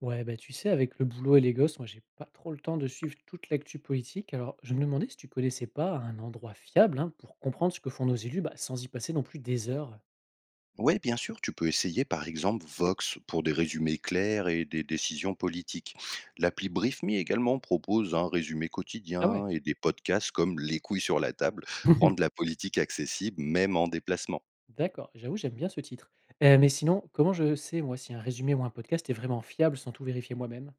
Ouais, bah, tu sais, avec le boulot et les gosses, moi, j'ai pas trop le temps de suivre toute l'actu politique. Alors, je me demandais si tu connaissais pas un endroit fiable hein, pour comprendre ce que font nos élus bah, sans y passer non plus des heures. Ouais, bien sûr, tu peux essayer par exemple Vox pour des résumés clairs et des décisions politiques. L'appli BriefMe également propose un résumé Ah ouais. quotidien et des podcasts comme Les couilles sur la table rendent la politique accessible même en déplacement. D'accord, j'avoue, j'aime bien ce titre. Mais sinon, comment je sais, moi, si un résumé ou un podcast est vraiment fiable sans tout vérifier moi-même?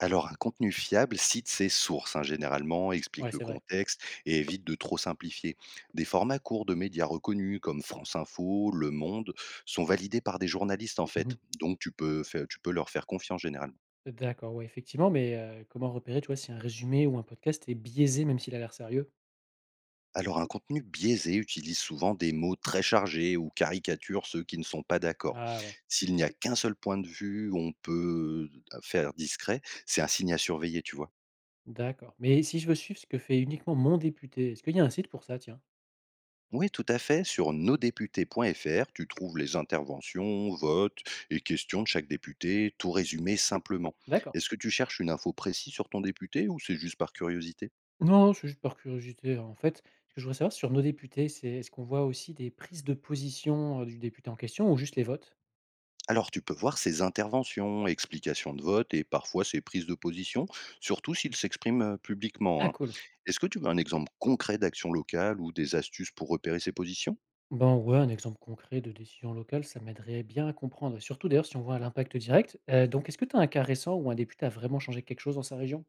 Alors un contenu fiable cite ses sources, hein, généralement, explique Ouais, le c'est vrai. contexte et évite de trop simplifier. Des formats courts de médias reconnus comme France Info, Le Monde sont validés par des journalistes en fait, Mhm. donc tu peux, tu peux leur faire confiance généralement. D'accord, ouais, effectivement, mais comment repérer, tu vois, si un résumé ou un podcast est biaisé même s'il a l'air sérieux? Alors un contenu biaisé utilise souvent des mots très chargés ou caricature ceux qui ne sont pas d'accord. Ah ouais. S'il n'y a qu'un seul point de vue, on peut faire discret, c'est un signe à surveiller, tu vois. D'accord. Mais si je veux suivre ce que fait uniquement mon député, est-ce qu'il y a un site pour ça, tiens? Oui, tout à fait. Sur nosdéputés.fr, tu trouves les interventions, votes et questions de chaque député, tout résumé simplement. D'accord. Est-ce que tu cherches une info précise sur ton député ou c'est juste par curiosité? Non, c'est juste par curiosité, en fait. Ce que je voudrais savoir sur nos députés, c'est est-ce qu'on voit aussi des prises de position, du député en question ou juste les votes? Alors tu peux voir ses interventions, explications de vote et parfois ses prises de position, surtout s'il s'exprime publiquement, Ah hein. cool. Est-ce que tu veux un exemple concret d'action locale ou des astuces pour repérer ses positions? Ben ouais, un exemple concret de décision locale, ça m'aiderait bien à comprendre, surtout d'ailleurs si on voit l'impact direct. Donc est-ce que tu as un cas récent où un député a vraiment changé quelque chose dans sa région?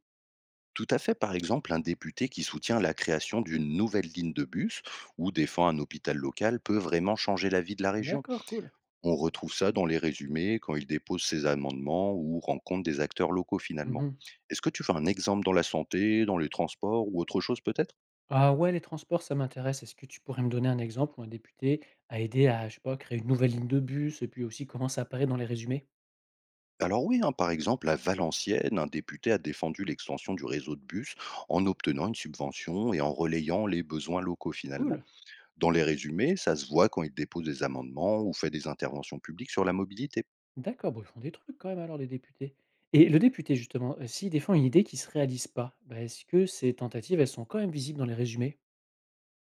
Tout à fait, par exemple, un député qui soutient la création d'une nouvelle ligne de bus ou défend un hôpital local peut vraiment changer la vie de la région. D'accord, cool. On retrouve ça dans les résumés quand il dépose ses amendements ou rencontre des acteurs locaux finalement. Mmh. Est-ce que tu veux un exemple dans la santé, dans les transports ou autre chose peut-être? Ah ouais, les transports, ça m'intéresse. Est-ce que tu pourrais me donner un exemple où un député a aidé à, je sais pas, créer une nouvelle ligne de bus et puis aussi comment ça apparaît dans les résumés? Alors oui, hein, par exemple, à Valenciennes, un député a défendu l'extension du réseau de bus en obtenant une subvention et en relayant les besoins locaux finalement. Cool. Dans les résumés, ça se voit quand il dépose des amendements ou fait des interventions publiques sur la mobilité. D'accord, bon, ils font des trucs quand même alors les députés. Et le député justement, s'il défend une idée qui se réalise pas, bah, est-ce que ces tentatives, elles sont quand même visibles dans les résumés?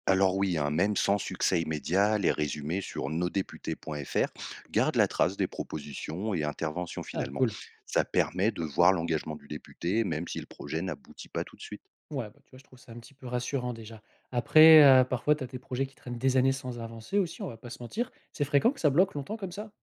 Alors oui, hein, même sans succès immédiat, les résumés sur nosdéputés.fr gardent la trace des propositions et interventions Ah finalement. cool. Ça permet de voir l'engagement du député, même si le projet n'aboutit pas tout de suite. Ouais, bah, tu vois, je trouve ça un petit peu rassurant déjà. Après, parfois tu as des projets qui traînent des années sans avancer aussi, on va pas se mentir. C'est fréquent que ça bloque longtemps comme ça?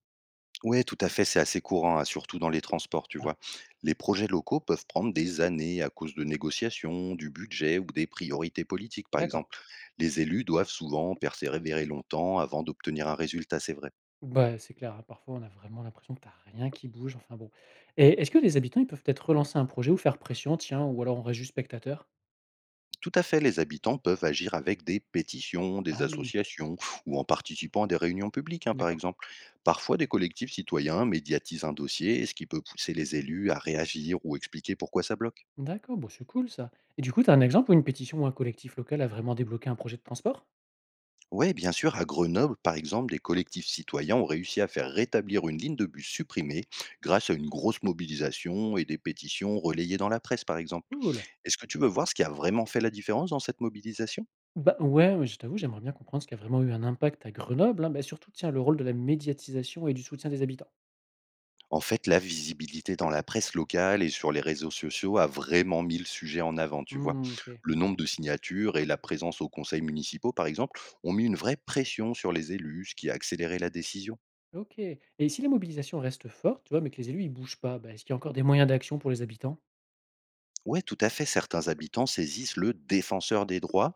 Ouais, tout à fait, c'est assez courant, hein, surtout dans les transports, tu Ah, vois. Les projets locaux peuvent prendre des années à cause de négociations, du budget ou des priorités politiques, par d'accord. exemple. Les élus doivent souvent persévérer longtemps avant d'obtenir un résultat, c'est vrai. Bah, c'est clair, hein, parfois on a vraiment l'impression que t'as rien qui bouge, enfin bon. Et est-ce que les habitants, ils peuvent peut-être relancer un projet ou faire pression, tiens, ou alors on reste juste spectateur? Tout à fait, les habitants peuvent agir avec des pétitions, des Ah oui, associations ou en participant à des réunions publiques, hein, par d'accord. exemple. Parfois, des collectifs citoyens médiatisent un dossier, ce qui peut pousser les élus à réagir ou expliquer pourquoi ça bloque. D'accord, bon, c'est cool ça. Et du coup, tu as un exemple où une pétition ou un collectif local a vraiment débloqué un projet de transport? Ouais, bien sûr, à Grenoble, par exemple, des collectifs citoyens ont réussi à faire rétablir une ligne de bus supprimée grâce à une grosse mobilisation et des pétitions relayées dans la presse, par exemple. Cool. Est-ce que tu veux voir ce qui a vraiment fait la différence dans cette mobilisation? Bah ouais, ouais, je t'avoue, j'aimerais bien comprendre ce qui a vraiment eu un impact à Grenoble, hein, bah, surtout, tiens, le rôle de la médiatisation et du soutien des habitants. En fait, la visibilité dans la presse locale et sur les réseaux sociaux a vraiment mis le sujet en avant, tu vois. Hmm, ok. Le nombre de signatures et la présence aux conseils municipaux, par exemple, ont mis une vraie pression sur les élus, ce qui a accéléré la décision. Ok. Et si la mobilisation reste forte, tu vois, mais que les élus, ils bougent pas, bah, est-ce qu'il y a encore des moyens d'action pour les habitants? Ouais, tout à fait. Certains habitants saisissent le défenseur des droits,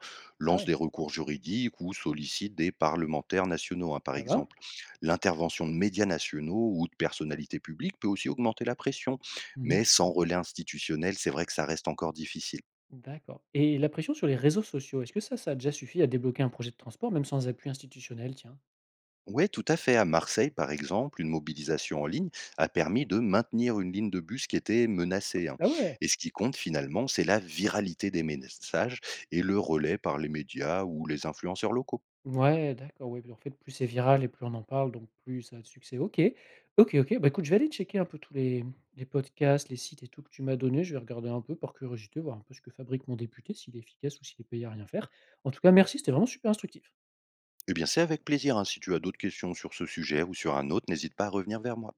Ah lancent ouais. des recours juridiques ou sollicitent des parlementaires nationaux, hein, par Ah ben? exemple. L'intervention de médias nationaux ou de personnalités publiques peut aussi augmenter la pression. Mais Mhm. sans relais institutionnel, c'est vrai que ça reste encore difficile. D'accord. Et la pression sur les réseaux sociaux, est-ce que ça a déjà suffi à débloquer un projet de transport, même sans appui institutionnel, tiens? Ouais, tout à fait. À Marseille, par exemple, une mobilisation en ligne a permis de maintenir une ligne de bus qui était menacée, hein. Ah ouais. Et ce qui compte finalement, c'est la viralité des messages et le relais par les médias ou les influenceurs locaux. Ouais, d'accord, ouais, en fait, plus c'est viral et plus on en parle, donc plus ça a de succès. OK. OK, OK. Bah, écoute, je vais aller checker un peu tous les podcasts, les sites et tout que tu m'as donné. Je vais regarder un peu par curiosité, voir un peu ce que fabrique mon député, s'il est efficace ou s'il est payé à rien faire. En tout cas, merci, c'était vraiment super instructif. Eh bien, c'est avec plaisir, hein. Si tu as d'autres questions sur ce sujet ou sur un autre, n'hésite pas à revenir vers moi.